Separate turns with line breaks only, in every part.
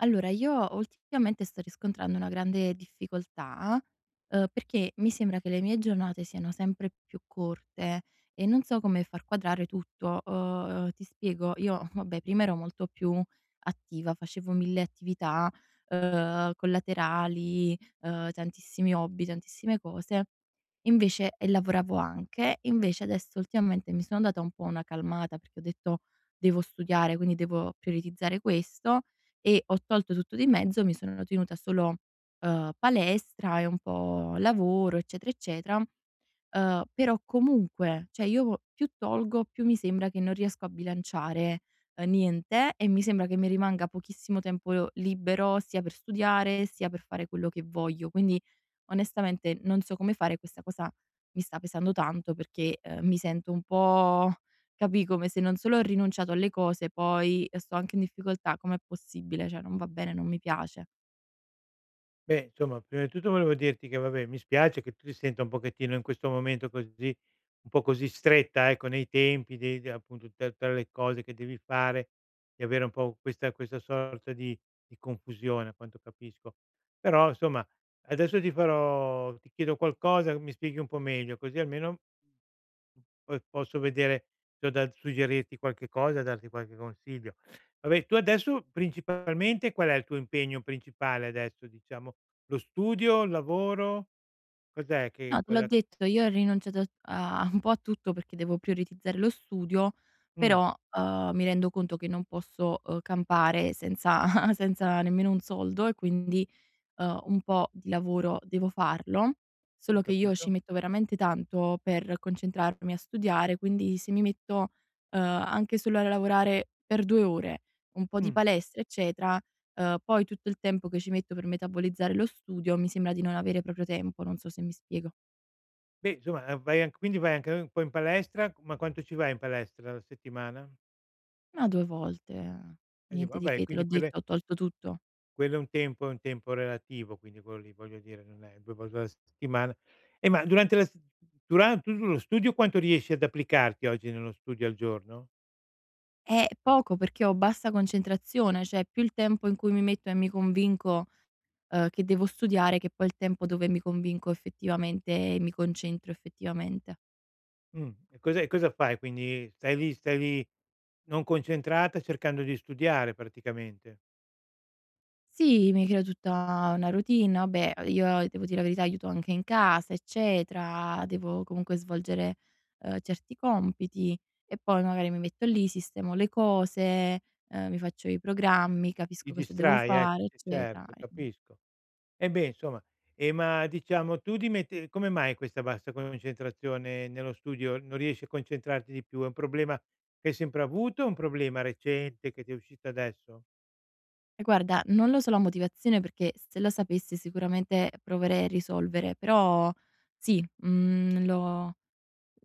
Allora, io ultimamente sto riscontrando una grande difficoltà, perché mi sembra che le mie giornate siano sempre più corte e non so come far quadrare tutto. Ti spiego, io vabbè prima ero molto più attiva, facevo 1000 attività collaterali, tantissimi hobby, tantissime cose. Invece e lavoravo anche, invece adesso ultimamente mi sono data un po' una calmata perché ho detto: "Devo studiare, quindi devo prioritizzare questo", e ho tolto tutto di mezzo, mi sono tenuta solo palestra e un po' lavoro, eccetera, eccetera. Però comunque, cioè, io più tolgo, più mi sembra che non riesco a bilanciare niente, e mi sembra che mi rimanga pochissimo tempo libero, sia per studiare, sia per fare quello che voglio. Quindi onestamente non so come fare, questa cosa mi sta pesando tanto perché, mi sento un po' capì, come se non solo ho rinunciato alle cose, poi sto anche in difficoltà. Com'è possibile? Cioè, non va bene, non mi piace.
Beh, insomma, prima di tutto volevo dirti che vabbè, mi spiace che tu ti senta un pochettino in questo momento così un po' così stretta, ecco, nei tempi dei de appunto tra le cose che devi fare, di avere un po' questa sorta di confusione, a quanto capisco. Però, insomma, adesso ti chiedo qualcosa, mi spieghi un po' meglio, così almeno po posso vedere se ho da suggerirti qualche cosa, darti qualche consiglio. Vabbè, tu adesso principalmente qual è il tuo impegno principale adesso, diciamo? Lo studio, il lavoro, cos'è che
No, te l'ho
quella
detto, io ho rinunciato a un po' a tutto perché devo prioritizzare lo studio,
mh,
però, mi rendo conto che non posso, campare senza senza nemmeno un soldo, e quindi, un po' di lavoro devo farlo,
ho
solo che io ci
capito.
metto veramente tanto per concentrarmi a studiare, quindi se mi metto, anche solo a lavorare per 2 ore, un po' di
Mh.
palestra, eccetera, poi tutto il tempo che ci metto per metabolizzare lo studio mi sembra di non avere proprio tempo, non so se mi spiego.
Beh, insomma, vai an quindi vai anche un po' in palestra, ma quanto ci vai in palestra alla settimana?
No, 2 volte.
E dico
Niente di
vabbè,
che, te
quindi
l'ho
quelle
detto, ho tolto tutto.
quello è un tempo relativo, quindi quello lì, voglio dire, non è 2 volte alla settimana. E ma durante la s duran tu lo studio quanto riesci ad applicarti oggi nello studio al giorno?
Poco perché ho bassa concentrazione, cioè più il tempo in cui mi metto e mi convinco, che devo studiare, che poi il tempo dove mi convinco effettivamente e mi concentro effettivamente.
E cosa fai quindi? Stai lì non concentrata, cercando di studiare praticamente?
Sì, mi creo tutta una routine. Vabbè, io devo dire la verità, aiuto anche in casa, eccetera, devo comunque svolgere certi compiti, e poi magari mi metto lì, sistemo le cose, mi faccio i programmi,
Ti
capisco cosa devo
distrai, ecco,
fare,
sì
eccetera.
certo, capisco. E beh, insomma, ma diciamo tu ti metti come mai questa bassa concentrazione nello studio? Non riesci a concentrarti di più? È un problema che hai sempre avuto o un problema recente che ti è uscito adesso?
E guarda, non lo so la motivazione perché se lo sapessi sicuramente proverei a risolvere, però sì, mhmm, lo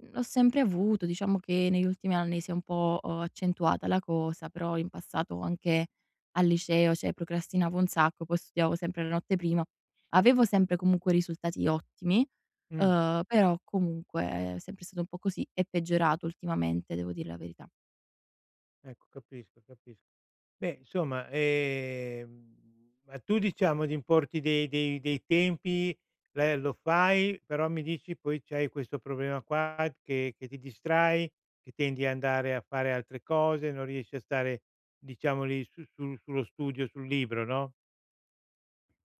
Mhmm, l'ho sempre avuto, diciamo che negli ultimi anni si è un po' accentuata la cosa, però in passato anche al liceo, cioè, procrastinavo un sacco, poi studiavo sempre la notte prima. Avevo sempre comunque risultati ottimi,
Mh,
però comunque è sempre stato un po' così, è peggiorato ultimamente, devo dire la verità.
ecco, capisco, capisco. Beh, insomma, ma tu diciamo ti importi dei tempi, le lo fai, però mi dici poi c'hai questo problema qua che ti distrai, che tendi a andare a fare altre cose, non riesci a stare diciamo lì su su sullo studio, sul libro, no.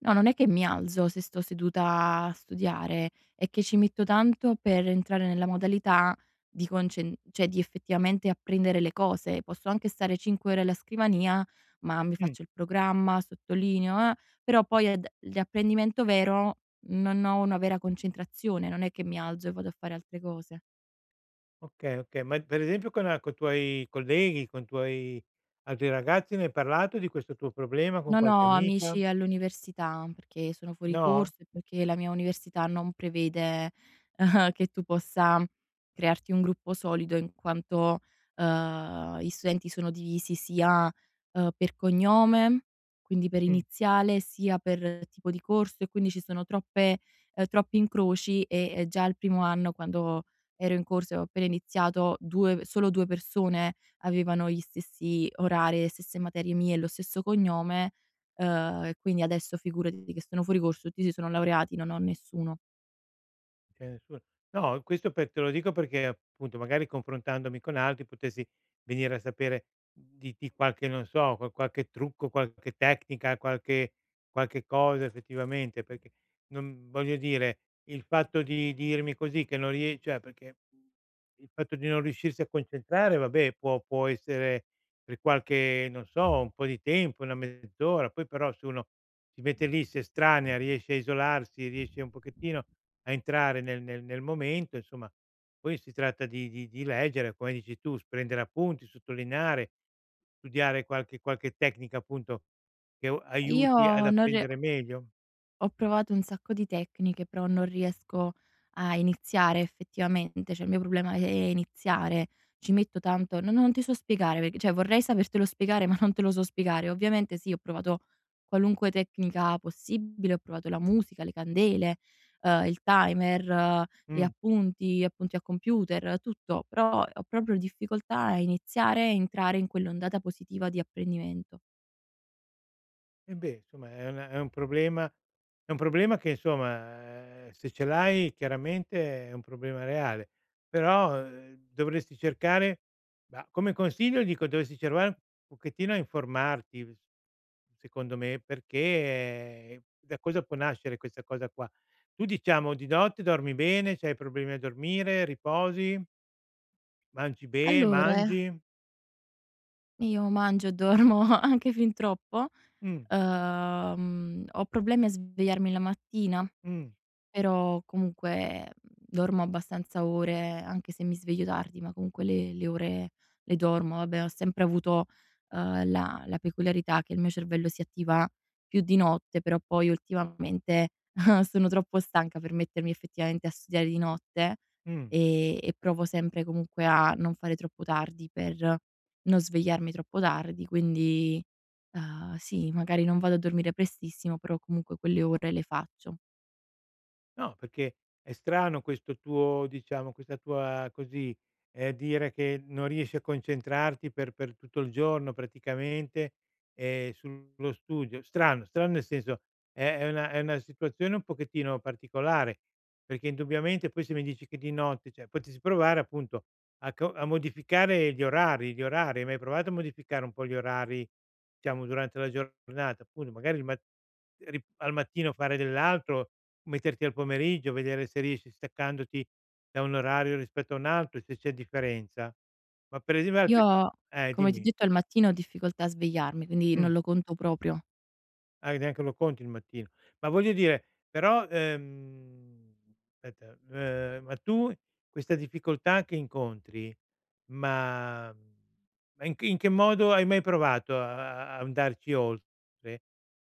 No, non è che mi alzo se sto seduta a studiare, è che ci metto tanto per entrare nella modalità di concen cioè di effettivamente apprendere le cose. Posso anche stare 5 ore alla scrivania, ma mi
Mh.
faccio il programma, sottolineo, però poi ad di apprendimento vero non ho una vera concentrazione, non è che mi alzo e vado a fare altre cose.
Okay, okay, ma per esempio con i tuoi colleghi, con i tuoi altri ragazzi ne hai parlato di questo tuo problema, con
Non
qualche
ho
amica?
amici all'università, perché sono fuori
No?
corso e perché la mia università non prevede, che tu possa crearti un gruppo solido in quanto, gli studenti sono divisi sia, per cognome, quindi per
Mh.
iniziale, sia per tipo di corso, e quindi ci sono troppe troppi incroci, e, già al primo anno, quando ero in corso e ho appena iniziato, 2 persone avevano gli stessi orari, le stesse materie mie e lo stesso cognome. E quindi adesso figurati che sono fuori corso, tutti si sono laureati, non ho nessuno.
C'è nessuno. No, questo per te lo dico perché appunto magari confrontandomi con altri potessi venire a sapere di qualche non so, qualche trucco, qualche tecnica, qualche cosa effettivamente, perché non voglio dire, il fatto di dirmi così che non rie cioè perché, mhmm, il fatto di non riuscirsi a concentrare vabbè può essere per qualche non so, un po' di tempo, una mezz'ora, poi però se uno si mette lì, si estranea, riesce a isolarsi, riesce un pochettino a entrare nel momento, insomma. Poi si tratta di leggere, come dici tu, s prendere appunti, sottolineare, studiare qualche tecnica appunto che o
Okay.
aiuti ad
Io non re
apprendere meglio.
Ho provato un sacco di tecniche, però non riesco a iniziare effettivamente, cioè il mio problema è iniziare. Ci metto tanto, no, non ti so spiegare perché, cioè vorrei sapertelo spiegare, ma non te lo so spiegare. Ovviamente sì, ho provato qualunque tecnica possibile, ho provato la musica, le candele, il timer, gli
Mh.
appunti, appunti a computer, tutto, però ho proprio difficoltà a iniziare e entrare in quell'ondata positiva di apprendimento.
E beh, insomma è un problema che insomma, se ce l'hai chiaramente è un problema reale, però, dovresti cercare bah, come consiglio dico dovresti cercare un pochettino a informarti s secondo me, perché da cosa può nascere questa cosa qua. Tu diciamo di notte dormi bene, c'hai problemi a dormire, riposi,
Allora,
mangi?
io mangio e dormo anche fin troppo.
Mh,
Ho problemi a svegliarmi la mattina.
mh,
Però comunque, mhmm, dormo abbastanza ore, anche se mi sveglio tardi, ma comunque le ore le dormo. Vabbè, ho sempre avuto, la peculiarità che il mio cervello si attiva più di notte, però poi ultimamente sono troppo stanca per mettermi effettivamente a studiare di notte,
mh.
e provo sempre comunque a non fare troppo tardi per non svegliarmi troppo tardi. Quindi, sì, magari non vado a dormire prestissimo, però comunque quelle ore le faccio.
No, perché è strano questo tuo diciamo, questa tua così, dire che non riesci a concentrarti per tutto il giorno praticamente, sullo studio. Strano, strano nel senso è una situazione un pochettino particolare, perché indubbiamente poi se mi dici che di notte cioè potresti provare appunto a modificare gli orari gli orari. Hai mai provato a modificare un po' gli orari, diciamo durante la giornata? Appunto magari il mat ri al mattino fare dell'altro. Metterti al pomeriggio, vedere se riesci staccandoti da un orario rispetto a un altro, se c'è differenza. Ma per esempio altre co
Io, come ti ho
dimmi.
detto, al mattino ho difficoltà a svegliarmi, quindi
Mh.
non lo conto proprio.
Ah, neanche lo conti il mattino. Ma voglio dire, però, aspetta, ma tu questa difficoltà che incontri, ma ma in che modo hai mai provato a andarci oltre?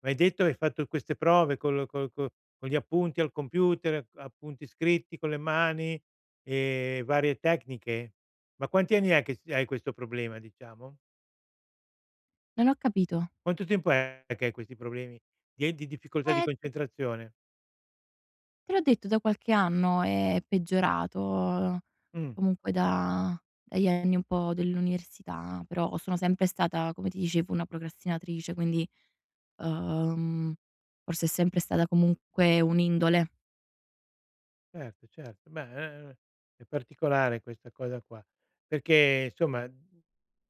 M'hai detto hai fatto queste prove col col co con gli appunti al computer, appunti scritti con le mani e varie tecniche? Ma quanti anni è che s hai questo problema, diciamo?
Non ho capito.
Quanto tempo è che hai questi problemi? Di difficoltà di
Eh,
concentrazione?
te l'ho detto, da qualche anno è peggiorato,
Mh.
comunque da dagli anni un po' dell'università, però sono sempre stata, come ti dicevo, una procrastinatrice, quindi, uhm, forse è sempre stata comunque un'indole.
Certo, certo. Beh, ehm, è particolare questa cosa qua, perché insomma, mhmm,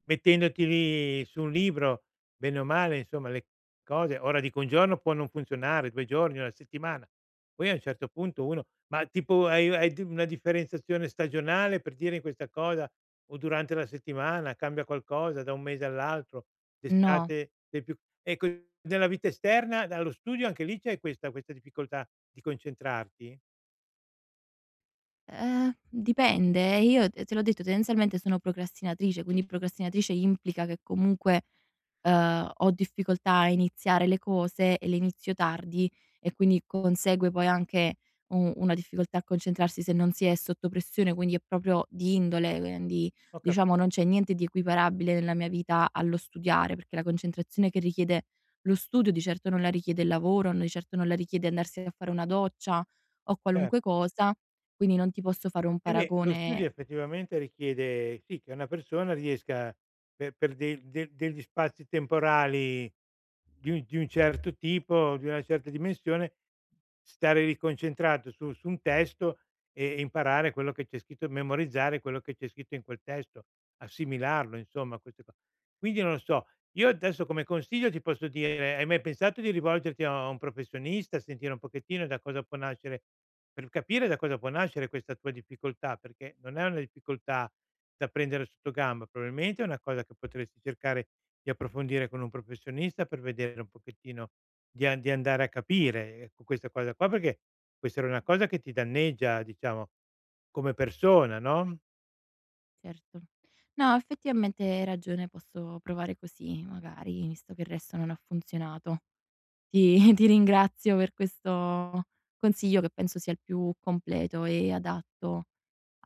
mettendoti lì su un libro, bene o male, insomma, le cose ora dico un giorno può non funzionare, 2 giorni, una settimana, poi a un certo punto uno ma tipo hai di una differenziazione stagionale per dire in questa cosa o durante la settimana, cambia qualcosa da un mese all'altro,
No.
d'estate sei più ecco, nella vita esterna, dallo studio anche lì c'è questa difficoltà di concentrarti?
Dipende. Io te l'ho detto, tendenzialmente sono procrastinatrice, quindi procrastinatrice implica che comunque, ho difficoltà a iniziare le cose e le inizio tardi, e quindi consegue poi anche u una difficoltà a concentrarsi se non si è sotto pressione, quindi è proprio di indole, quindi
Ho cap.
diciamo non c'è niente di equiparabile nella mia vita allo studiare, perché la concentrazione che richiede lo studio di certo non la richiede il lavoro, di certo non la richiede andarsi a fare una doccia o qualunque
Certo.
cosa. Quindi non ti posso fare un
E beh, lo studio
paragone,
effettivamente richiede sì, che una persona riesca per de de degli spazi temporali di un certo tipo, di una certa dimensione, stare lì concentrato su un testo e imparare quello che c'è scritto, memorizzare quello che c'è scritto in quel testo, assimilarlo insomma queste co, quindi non lo so, io adesso come consiglio ti posso dire: hai mai pensato di rivolgerti a un professionista, sentire un pochettino da cosa può nascere per capire da cosa può nascere questa tua difficoltà? Perché non è una difficoltà da prendere sotto gamba, probabilmente è una cosa che potresti cercare di approfondire con un professionista per vedere un pochettino di andare a capire, ecco, questa cosa qua, perché può essere una cosa che ti danneggia, diciamo, come persona, no?
certo. No, effettivamente hai ragione, posso provare così magari, visto che il resto non ha funzionato. Ti ti ringrazio per questo consiglio che penso sia il più completo e adatto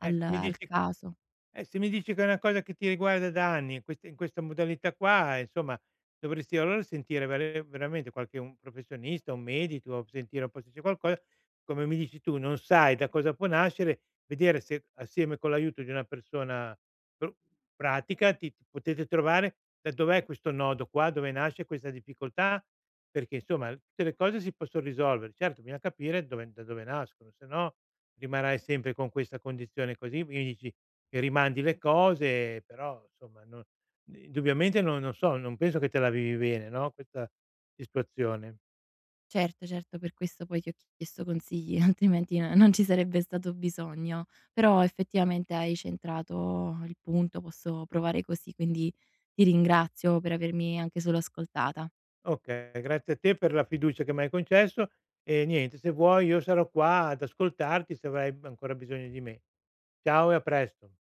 Eh, se mi
al
dici
caso.
se mi dici che è una cosa che ti riguarda da anni in questa modalità qua, insomma, dovresti allora sentire vere veramente qualche un professionista, un medico, o sentire un po' se c'è qualcosa. Come mi dici tu, non sai da cosa può nascere, vedere se assieme con l'aiuto di una persona pro pratica ti potete trovare da dov'è questo nodo qua, dove nasce questa difficoltà, perché insomma tutte le cose si posson risolvere. Certo, bisogna capire dove da dove nascono, se no rimarrai sempre con questa condizione così, quindi dici che rimandi le cose, però insomma non indubbiamente non so, non penso che te la vivi bene, no, questa situazione.
Certo, certo, per questo poi ti ho chiesto consigli, altrimenti no, non ci sarebbe stato bisogno. Però effettivamente hai centrato il punto, posso provare così, quindi ti ringrazio per avermi anche solo ascoltata.
Okay, grazie a te per la fiducia che m'hai concesso e niente, se vuoi io sarò qua ad ascoltarti se avrai ancora bisogno di me. Ciao e a presto.